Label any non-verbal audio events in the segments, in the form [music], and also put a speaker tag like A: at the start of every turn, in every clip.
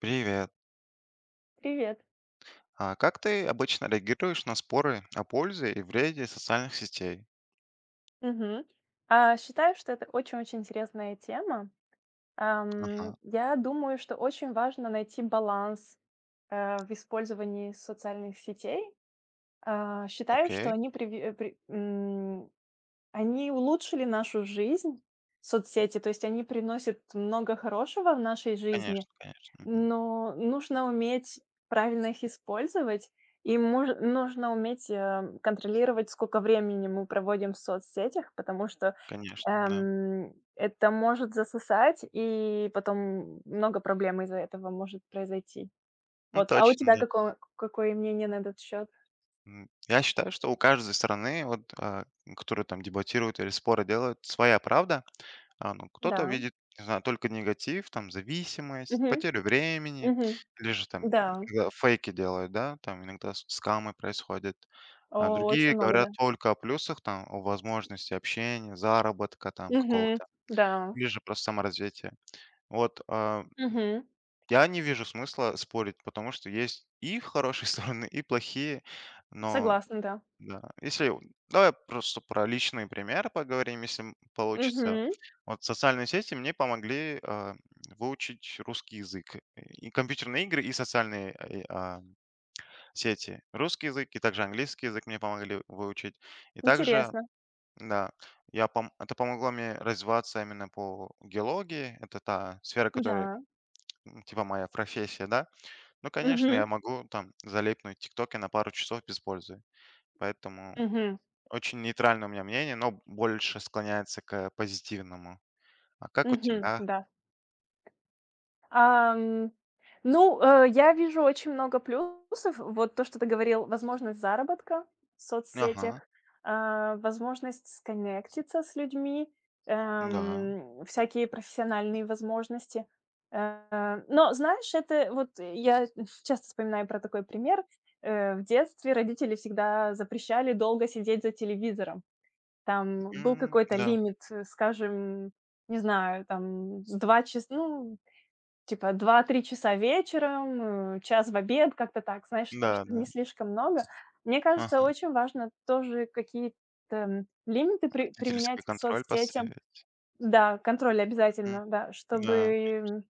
A: Привет.
B: Привет.
A: А как ты обычно реагируешь на споры о пользе и вреде социальных сетей?
B: Мгм. А, считаю, что это очень-очень интересная тема.
A: Ага,
B: Я думаю, что очень важно найти баланс в использовании социальных сетей. А, считаю, что
A: окей.
B: они, они улучшили нашу жизнь, соцсети, то есть они приносят много хорошего в нашей жизни.
A: Конечно, конечно. Мгм.
B: Но нужно уметь правильно их использовать, и мож нужно уметь, контролировать, сколько времени мы проводим в соцсетях, потому что,
A: Конечно, да.
B: это может засосать, и потом много проблем из-за этого может произойти.
A: Ну,
B: Вот, а у
A: точно,
B: тебя
A: да.
B: какое мнение на этот счет?
A: Я считаю, что у каждой стороны, вот, которая там дебатирует или споры делают, своя правда. Ну, кто-то
B: Да.
A: видит, не знаю, только негатив, там, зависимость,
B: Мгм.
A: потерю времени,
B: Мгм.
A: или же там
B: Да.
A: иногда фейки делают, да, там иногда скамы происходят. А
B: О,
A: другие
B: очень много, да.
A: говорят только о плюсах, там, о возможности общения, заработка там
B: Мгм.
A: какого-то,
B: Да.
A: или же просто саморазвития. Вот
B: Мгм.
A: я не вижу смысла спорить, потому что есть и хорошие [laughs] стороны, и плохие, но
B: Согласна, да.
A: да, если у давай просто про личные примеры поговорим, если получится.
B: Мгм.
A: Вот социальные сети мне помогли, выучить русский язык. И компьютерные игры, и социальные, сети. Русский язык и также английский язык мне помогли выучить. И также,
B: Интересно.
A: да, я пом это помогло мне развиваться именно по геологии. Это та сфера, которая,
B: Да.
A: типа моя профессия, да. Ну, конечно, я
B: Мгм.
A: могу там залипнуть в "Тиктоке" на пару часов без пользы. Поэтому
B: Мгм.
A: очень нейтральное у меня мнение, но больше склоняется к позитивному. А как у
B: Мгм.
A: тебя?
B: Да. Ам, ну, я вижу очень много плюсов. Вот то, что ты говорил, возможность заработка в соцсетях,
A: Ага,
B: а, возможность сконнектиться с людьми,
A: да.
B: всякие профессиональные возможности. Но, знаешь, это вот я часто вспоминаю про такой пример. В детстве родители всегда запрещали долго сидеть за телевизором. Там был
A: М,
B: какой-то
A: да,
B: лимит, скажем, не знаю, там, с 2 типа 2-3 часа вечером, час в обед, как-то так, знаешь, чтобы
A: да-да.
B: не слишком много. Мне кажется,
A: Ага,
B: очень важно тоже какие-то, лимиты
A: родительский
B: применять к
A: контроль
B: соцсетям.
A: поставить.
B: Да, контроль
A: Мгм.
B: обязательно, да,
A: Да.
B: чтобы.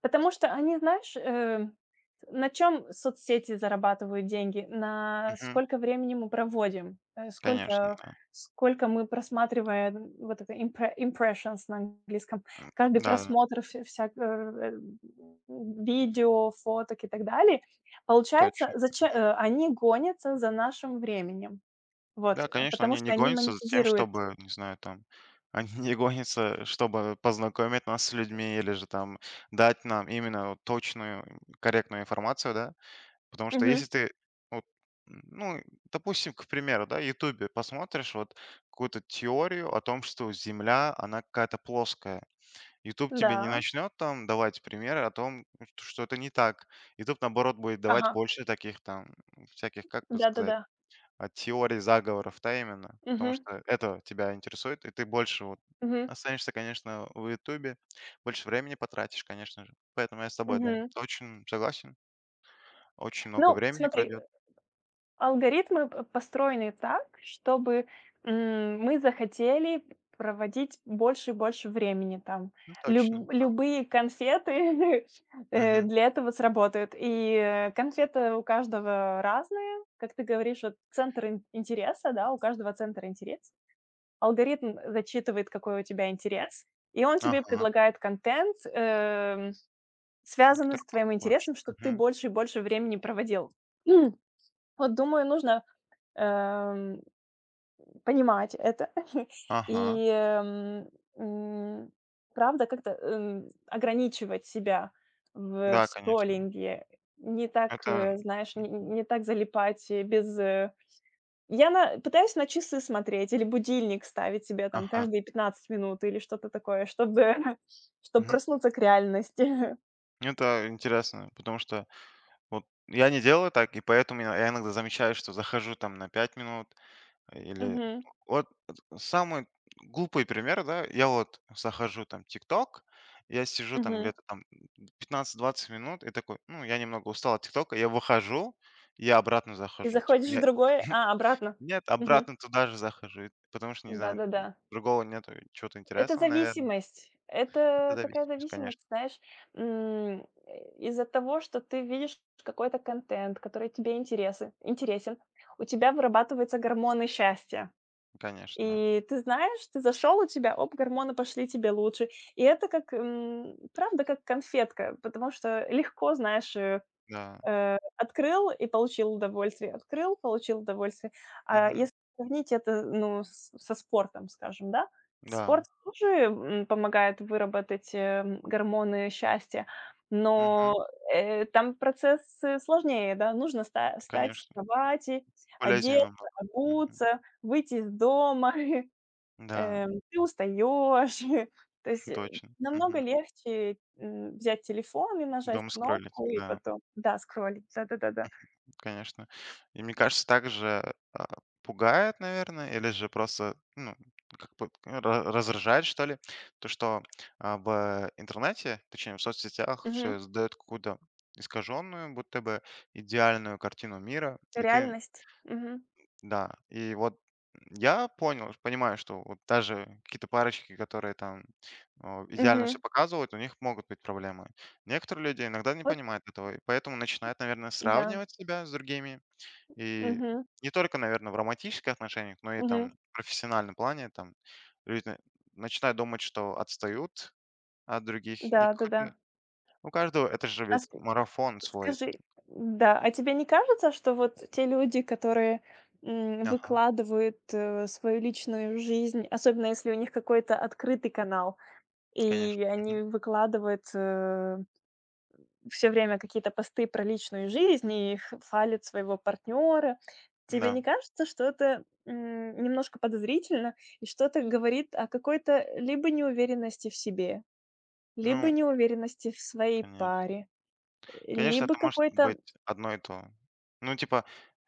B: Потому что они, знаешь, на чем соцсети зарабатывают деньги? На
A: Мгм.
B: сколько времени мы проводим,
A: Конечно,
B: сколько
A: да.
B: сколько мы просматриваем вот это impressions на английском.
A: М,
B: Каждый
A: да-да,
B: просмотр вс всяк э, м, видео, фоток и так далее. Получается,
A: точно.
B: зачем они гонятся за нашим временем. Вот,
A: Да, конечно,
B: потому
A: они
B: что
A: не
B: они
A: гонятся за тем,
B: монетизируют.
A: чтобы, не знаю, там, [laughs] они не гонятся, чтобы познакомить нас с людьми или же там дать нам именно вот точную, корректную информацию, да? Потому что
B: Мгм.
A: если ты, вот, ну, допустим, к примеру, да, "Ютубе" посмотришь вот какую-то теорию о том, что Земля, она какая-то плоская. "Ютуб" тебе не
B: Да.
A: начнет там давать примеры о том, что это не так. "Ютуб", наоборот, будет давать
B: Ага.
A: больше таких там всяких, как бы сказать,
B: Да-да-да.
A: теорий заговоров, да, именно. Потому
B: Мгм.
A: что это тебя интересует, и ты больше вот
B: Мгм.
A: останешься, конечно, в "Ютубе", больше времени потратишь, конечно же. Поэтому я с тобой, да,
B: Мгм.
A: очень согласен. Очень много
B: Ну,
A: времени
B: смотри.
A: крадет.
B: Алгоритмы п построены так, чтобы, мы захотели проводить больше и больше времени там.
A: Ну, точно, да.
B: Любые конфеты, [laughs]
A: Мгм.
B: для этого сработают. И, конфеты у каждого разные. Как ты говоришь, вот центр ин интереса, да, у каждого центр интерес. Алгоритм зачитывает, какой у тебя интерес, и он тебе
A: Ага,
B: предлагает контент,
A: на
B: связанный с
A: который
B: твоим
A: похож.
B: интересом, чтобы ты
A: Мгм.
B: больше и больше времени проводил. [clears throat] Вот думаю, нужно эм, понимать это. [laughs]
A: Ага.
B: И, м, правда, как-то, ограничивать себя в
A: Да, конечно.
B: скроллинге, не так,
A: Это
B: знаешь,
A: м,
B: не так залипать, э, без, э Я на пытаюсь на часы смотреть или будильник ставить себе там
A: ага.
B: каждые 15 минут или что-то такое, чтобы [laughs] чтобы
A: Мгм.
B: проснуться к реальности. [laughs]
A: Ну, это интересно, потому что вот я не делаю так, и поэтому я иногда замечаю, что захожу там на 5 минут э, или
B: Мгм,
A: вот самый глупый пример, да, я вот захожу там "Тикток", я сижу там
B: мгм.
A: где-то там 15-20 минут и такой: "Ну, я немного устал от "Тиктока", я выхожу, я обратно
B: И
A: захожу". Типа
B: заходишь в
A: я
B: другой а, обратно.
A: Нет,
B: Мгм.
A: обратно туда же захожу, потому что, не знаю,
B: Да-да-да.
A: другого нету чего-то
B: Это
A: интересного, наверное.
B: зависимость.
A: Это
B: Это такая
A: зависимость,
B: зависимость,
A: конечно,
B: знаешь, из-за того, что ты видишь какой-то контент, который тебе интересен, интересен, у тебя вырабатываются гормоны счастья.
A: конечно, да.
B: И ты знаешь, ты зашел, у тебя, оп, гормоны пошли тебе лучше. И это как, правда, как конфетка, потому что легко, знаешь,
A: Да.
B: Открыл и получил удовольствие, открыл, получил удовольствие. А
A: Мгм.
B: если сравнить это, ну, с со спортом, скажем, да, спорт
A: Да.
B: тоже, помогает выработать, гормоны счастья, но,
A: Мгм.
B: там процессы сложнее, да. Нужно ста встать с
A: Конечно.
B: кровати,
A: Полезнее
B: одеться,
A: намного. Мгм.
B: обуться, выйти из дома. [laughs]
A: Да,
B: Ты устаешь. [laughs] То есть,
A: [laughs] точно.
B: намного
A: Мгм.
B: легче, взять телефон и нажать
A: Дома скроллить,
B: кнопку, и
A: да.
B: потом Да, скроллить, да-да-да-да.
A: Конечно. И мне кажется, также, пугает, наверное, или же просто, ну, как бы ра раздражает, что ли, то, что, в интернете, точнее, в соцсетях
B: Мгм.
A: все создает какую-то искаженную, будто бы идеальную картину мира. И ты
B: Реальность. Мгм.
A: да, и вот понимаю, что вот даже какие-то парочки, которые там, идеально все
B: Мгм.
A: показывают, у них могут быть проблемы. Некоторые люди иногда не
B: Вот
A: понимают этого, и поэтому начинают, наверное,
B: да.
A: сравнивать себя с другими. И
B: Мгм.
A: не только, наверное, в романтических отношениях, но и там
B: Мгм.
A: в профессиональном плане там люди начинают думать, что отстают от других. И
B: Да-да-да.
A: какой-то- у каждого это же
B: А
A: ведь
B: ск
A: марафон свой.
B: скажи. Да, а тебе не кажется, что вот те люди, которые,
A: Ага,
B: выкладывают, свою личную жизнь, особенно если у них какой-то открытый канал, и
A: конечно. Мгм.
B: они выкладывают, все время какие-то посты про личную жизнь и х хвалит своего партнера. Тебе не
A: Да.
B: кажется, что это, немножко подозрительно и что-то говорит о какой-то либо неуверенности в себе, либо
A: Ну,
B: неуверенности в своей
A: конечно.
B: паре,
A: Конечно,
B: либо
A: это может
B: какой-то.
A: быть одно и то. Ну, типа,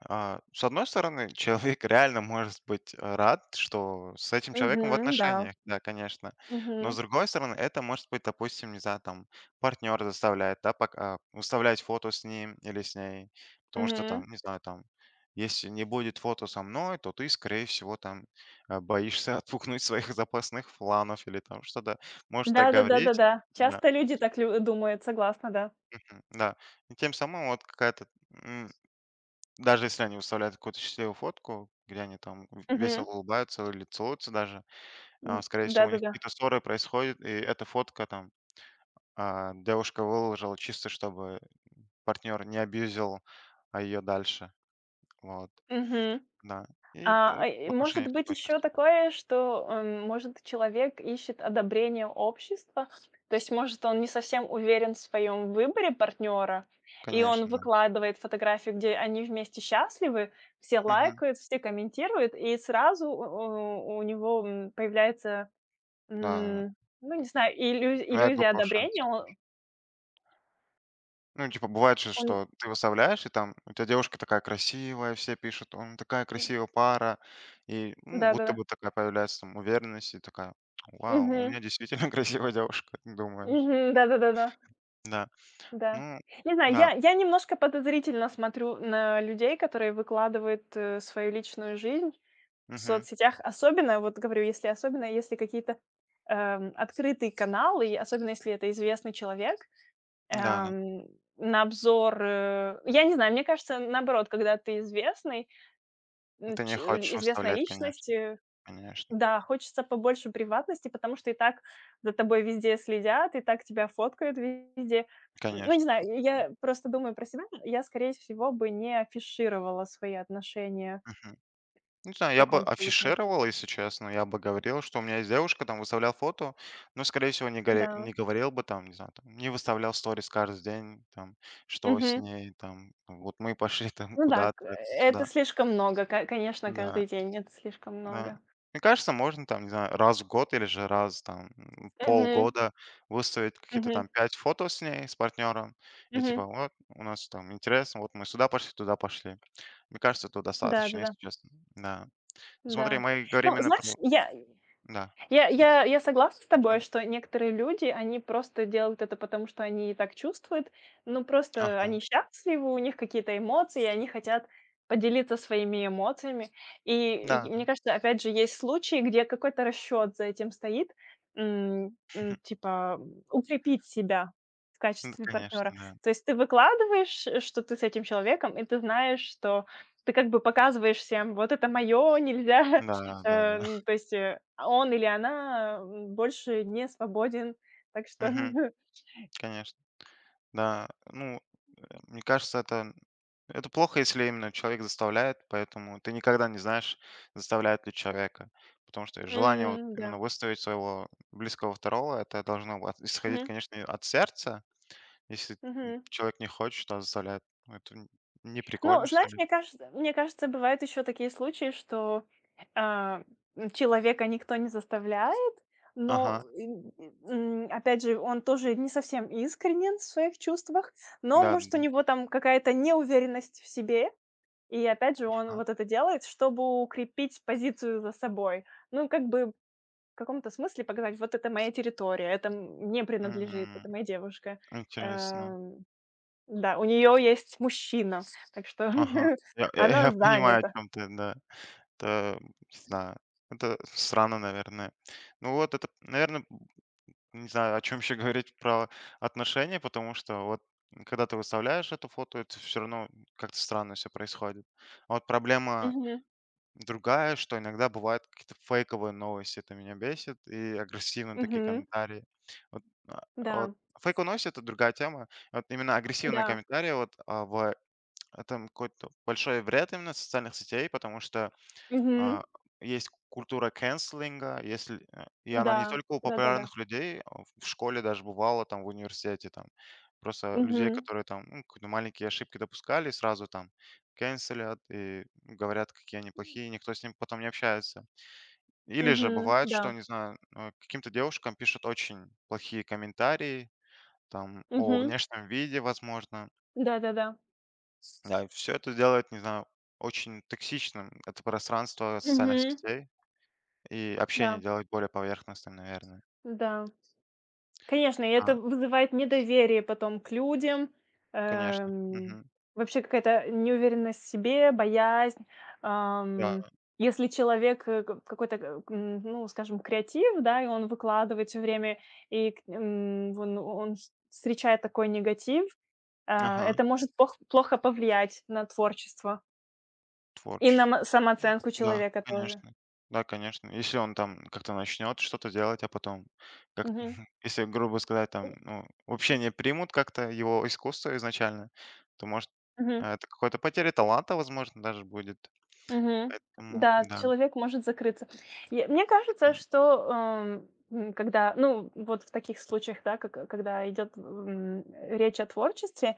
A: с одной стороны, человек [laughs] реально может быть рад, что с этим человеком в
B: Мгм, да.
A: отношениях, да, конечно. Но
B: Мгм,
A: с другой стороны, это может быть, допустим, не знаю, там, партнер заставляет, да, пока, выставлять фото с ним или с ней, потому что там,
B: мгм.
A: не знаю, там, если не будет фото со мной, то ты, скорее всего, там, боишься [laughs] отпугнуть своих запасных фланов или там что-то. Может так говорить,
B: Да-да-да-да-да.
A: да.
B: Часто люди так лю думают, согласна, да.
A: М, да. И тем самым вот какая-то, м, даже если они выставляют какую-то счастливую фотку, где они там в весело
B: Мгм.
A: улыбаются или целуются даже, скорее всего, у них
B: Да-да-да.
A: какие-то ссоры происходят, и эта фотка там, девушка выложила чисто, чтобы партнер не абьюзил, ее дальше. Вот,
B: Мгм.
A: да. И, ну,
B: А, и
A: в
B: может
A: отношениях
B: быть
A: такое
B: еще
A: часто бывает.
B: такое, что, может, человек ищет одобрение общества. То есть, может, он не совсем уверен в своем выборе партнера, и он
A: Конечно, да.
B: выкладывает фотографию, где они вместе счастливы, все
A: Мгм.
B: лайкают, все комментируют, и сразу у него, появляется,
A: Да,
B: м, ну, не знаю,
A: эго
B: иллюзия
A: повышается.
B: одобрения.
A: Ну, типа, бывает же,
B: Он
A: что ты выставляешь, и там у тебя девушка такая красивая, все пишут, он такая красивая пара, и ну, будто
B: да-да-да.
A: бы такая появляется там уверенность, и такая, вау, у
B: Мгм.
A: меня действительно [laughs] красивая девушка, ты думаешь.
B: Мгм. Да-да-да-да.
A: Да,
B: Да.
A: ну,
B: Не знаю,
A: да,
B: я немножко подозрительно смотрю на людей, которые выкладывают, свою личную жизнь в
A: мгм,
B: соцсетях. Особенно, вот говорю, если особенно если какие-то, открытые каналы, и особенно если это известный человек,
A: да, да.
B: эм, на обзор, Я не знаю, мне кажется, наоборот, когда ты известный, м,
A: Ты не
B: ч
A: хочешь
B: известная
A: выставлять,
B: личность,
A: конечно, конечно,
B: да, хочется побольше приватности, потому что и так за тобой везде следят, и так тебя фоткают везде. Ну, не
A: конечно.
B: знаю, я просто думаю про себя. Я, скорее всего, бы не афишировала свои отношения
A: Не
B: в
A: знаю, я бы
B: таком случае.
A: афишировал, если честно. Я бы говорил, что у меня есть девушка, там выставлял фото, но, скорее всего,
B: Да.
A: не говорил бы там, не знаю, там, не выставлял сторис каждый день, там, что с
B: Мгм.
A: ней, там, ну, вот мы пошли [laughs] там
B: Ну да,
A: куда-то,
B: это
A: туда.
B: слишком много, конечно,
A: Да,
B: каждый день это слишком
A: да.
B: много.
A: Мне кажется, можно там, не знаю, раз в год или же раз там
B: Мгм.
A: полгода выставить какие-то
B: Мгм.
A: там 5 фото с ней, с партнером, и типа,
B: Мгм.
A: вот, у нас там интересно, вот мы сюда пошли, туда пошли. Мне кажется, этого
B: Да, да,
A: достаточно,
B: да.
A: если честно. Да. Смотри,
B: Да.
A: мы
B: Ну,
A: говорим именно
B: знаешь,
A: про...
B: я
A: Да.
B: Я я согласна с тобой,
A: Мгм.
B: что некоторые люди, они просто делают это потому, что они так чувствуют. Ну, просто
A: Ага.
B: они счастливы, у них какие-то эмоции, и они хотят поделиться своими эмоциями. И
A: Да,
B: и
A: да,
B: мне кажется, опять же, есть случаи, где какой-то расчет за этим стоит, типа, укрепить себя в
A: н
B: качестве
A: конечно,
B: партнера.
A: да.
B: То есть ты выкладываешь, что ты с этим человеком, и ты знаешь, что ты как бы показываешь всем: "Вот это мое, нельзя".
A: Да,
B: [laughs]
A: да-да. [laughs]
B: Ну, то есть, а он или она, больше не свободен, так что.
A: Мгм.
B: [laughs]
A: Конечно. Да. Ну, э, мне кажется, это плохо, если именно человек заставляет, поэтому ты никогда не знаешь, заставляет ли человека. Потому что желание вот
B: М,
A: именно
B: да.
A: выставить своего близкого второго- это должно от исходить,
B: Мгм.
A: конечно, и от сердца. Если,
B: Мгм.
A: человек не хочет, а заставляет, ну, это н
B: Ну,
A: неприкольно, что
B: знаешь,
A: ли.
B: мне кажется, бывают еще такие случаи, что, а, человека никто не заставляет, но,
A: Ага.
B: опять же, он тоже не совсем искренен в своих чувствах, но,
A: Да,
B: может, у
A: н
B: него там какая-то неуверенность в себе, и опять же, он
A: ага.
B: вот это делает, чтобы укрепить позицию за собой. Ну, как бы в каком-то смысле показать: "Вот это моя территория, это мне принадлежит,
A: Мгм.
B: это моя девушка".
A: Интересно.
B: Эм, да, у нее есть мужчина, так что
A: Ага.
B: [laughs]
A: Я
B: она
A: [laughs] понимаю, о
B: занята.
A: чем ты, да. Это, не знаю, это странно, наверное. Ну вот это, наверное, не знаю, о чем еще говорить про отношения, потому что вот, когда ты выставляешь это фото, это все равно как-то странно все происходит. А вот проблема
B: Мгм,
A: другая, что иногда бывают какие-то фейковые новости, это меня бесит, и агрессивные такие
B: мгм,
A: комментарии. Вот, а, вот
B: да,
A: фейковые новости- это другая тема. Вот именно агрессивные
B: да,
A: комментарии вот, а, в это какой-то большой вред именно социальных сетей, потому что
B: мгм,
A: а, есть культура канцелинга, если э, и она не
B: да,
A: только у
B: да-да-да,
A: популярных людей, а в школе даже бывало, там в университете, там просто людей,
B: мгм,
A: которые там ну, какие-то маленькие ошибки допускали, сразу там канцелят и говорят, какие они плохие, никто с ним потом не общается. Или же
B: мгм,
A: бывает,
B: да,
A: что, не знаю, каким-то девушкам пишут очень плохие комментарии, там, о
B: мгм,
A: внешнем виде, возможно,
B: да-да-да,
A: да, все это делает, не знаю, очень токсичным это пространство социальных
B: мгм,
A: сетей, и общение
B: да,
A: делает более поверхностным, наверное.
B: да. Конечно, и это
A: А,
B: вызывает недоверие потом к людям,
A: конечно.
B: эм,
A: Мгм.
B: вообще какая-то неуверенность в себе, боязнь.
A: Да.
B: Ам, если человек, к какой-то, ну, скажем, креатив, да, и он выкладывает все время, и вон он с встречает такой негатив,
A: Ага.
B: это может пох плохо повлиять на творчество и на
A: Творчес
B: ма самооценку
A: Да,
B: человека тоже.
A: конечно. Да, конечно. Если он там как-то начнет что-то делать, а потом как
B: Мгм.
A: [laughs] если, грубо сказать, там, ну, вообще не примут как-то его искусство изначально, то, может,
B: Мгм.
A: это какой-то потеря таланта, возможно, даже будет.
B: Мгм.
A: Поэтому
B: Да,
A: да.
B: человек может закрыться. Я Мне кажется,
A: М,
B: что, когда, ну, вот в таких случаях, да, как когда идет, речь о творчестве,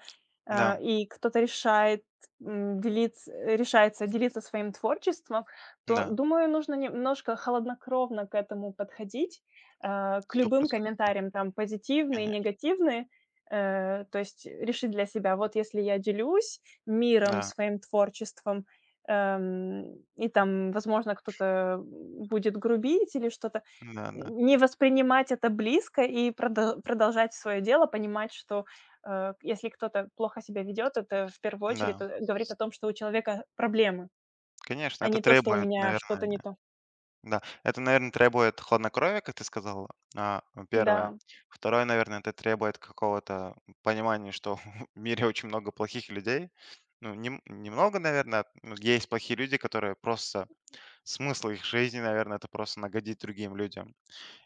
A: да,
B: и кто-то решает, м, делиться решается делиться своим творчеством, то,
A: да,
B: думаю, нужно немножко холоднокровно к этому подходить, к любым
A: 100% да,
B: комментариям, там, позитивные,
A: конечно.
B: негативные. То есть решить для себя: вот если я делюсь миром,
A: Да.
B: своим творчеством. И там, возможно, кто-то будет грубить или что-то.
A: Да, да,
B: Не воспринимать это близко и продолжать свое дело, понимать, что, если кто-то плохо себя ведет, это в первую очередь,
A: да.
B: говорит о том, что у человека проблемы,
A: Конечно,
B: а
A: это
B: не то, что у
A: требует,
B: меня что-то
A: наверное,
B: не то.
A: да. Это, наверное, требует хладнокровия, как ты сказал. а, первое.
B: Да,
A: Второе, наверное, это требует какого-то понимания, что [laughs] в мире очень много плохих людей. Ну, немного, наверное, ну, есть плохие люди, которые просто смысл их жизни, наверное, это просто нагодить другим людям.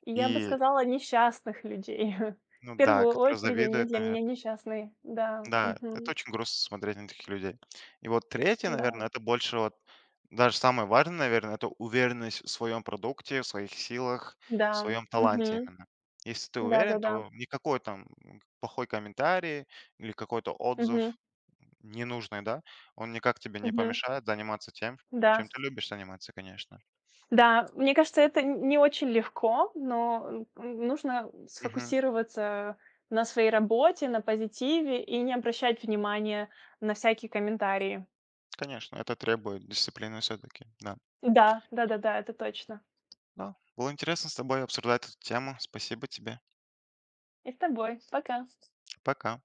B: и я бы
A: И,
B: сказала, несчастных людей. [laughs] В
A: ну да,
B: первую
A: которые
B: очередь они
A: завидуют,
B: для
A: наверное.
B: меня несчастные. Да,
A: Да, это
B: мгм,
A: очень грустно смотреть на таких людей. И вот третье,
B: да,
A: наверное, это больше вот даже самое важное, наверное, это уверенность в своем продукте, в своих силах,
B: да,
A: в своем
B: мгм,
A: таланте именно. Если ты уверен,
B: да-да-да,
A: то никакой там плохой комментарий или какой-то
B: мгм,
A: отзыв ненужный, да, он никак тебе не
B: мгм,
A: помешает заниматься тем,
B: да.
A: чем ты любишь заниматься, конечно.
B: Да, мне кажется, это н не очень легко, но н нужно
A: Мгм.
B: сфокусироваться на своей работе, на позитиве и не обращать внимания на всякие комментарии.
A: Конечно, это требует дисциплины все-таки, да.
B: Да, да-да-да, это точно.
A: Да, было интересно с тобой обсуждать эту тему. Спасибо тебе.
B: И с тобой. Пока.
A: Пока.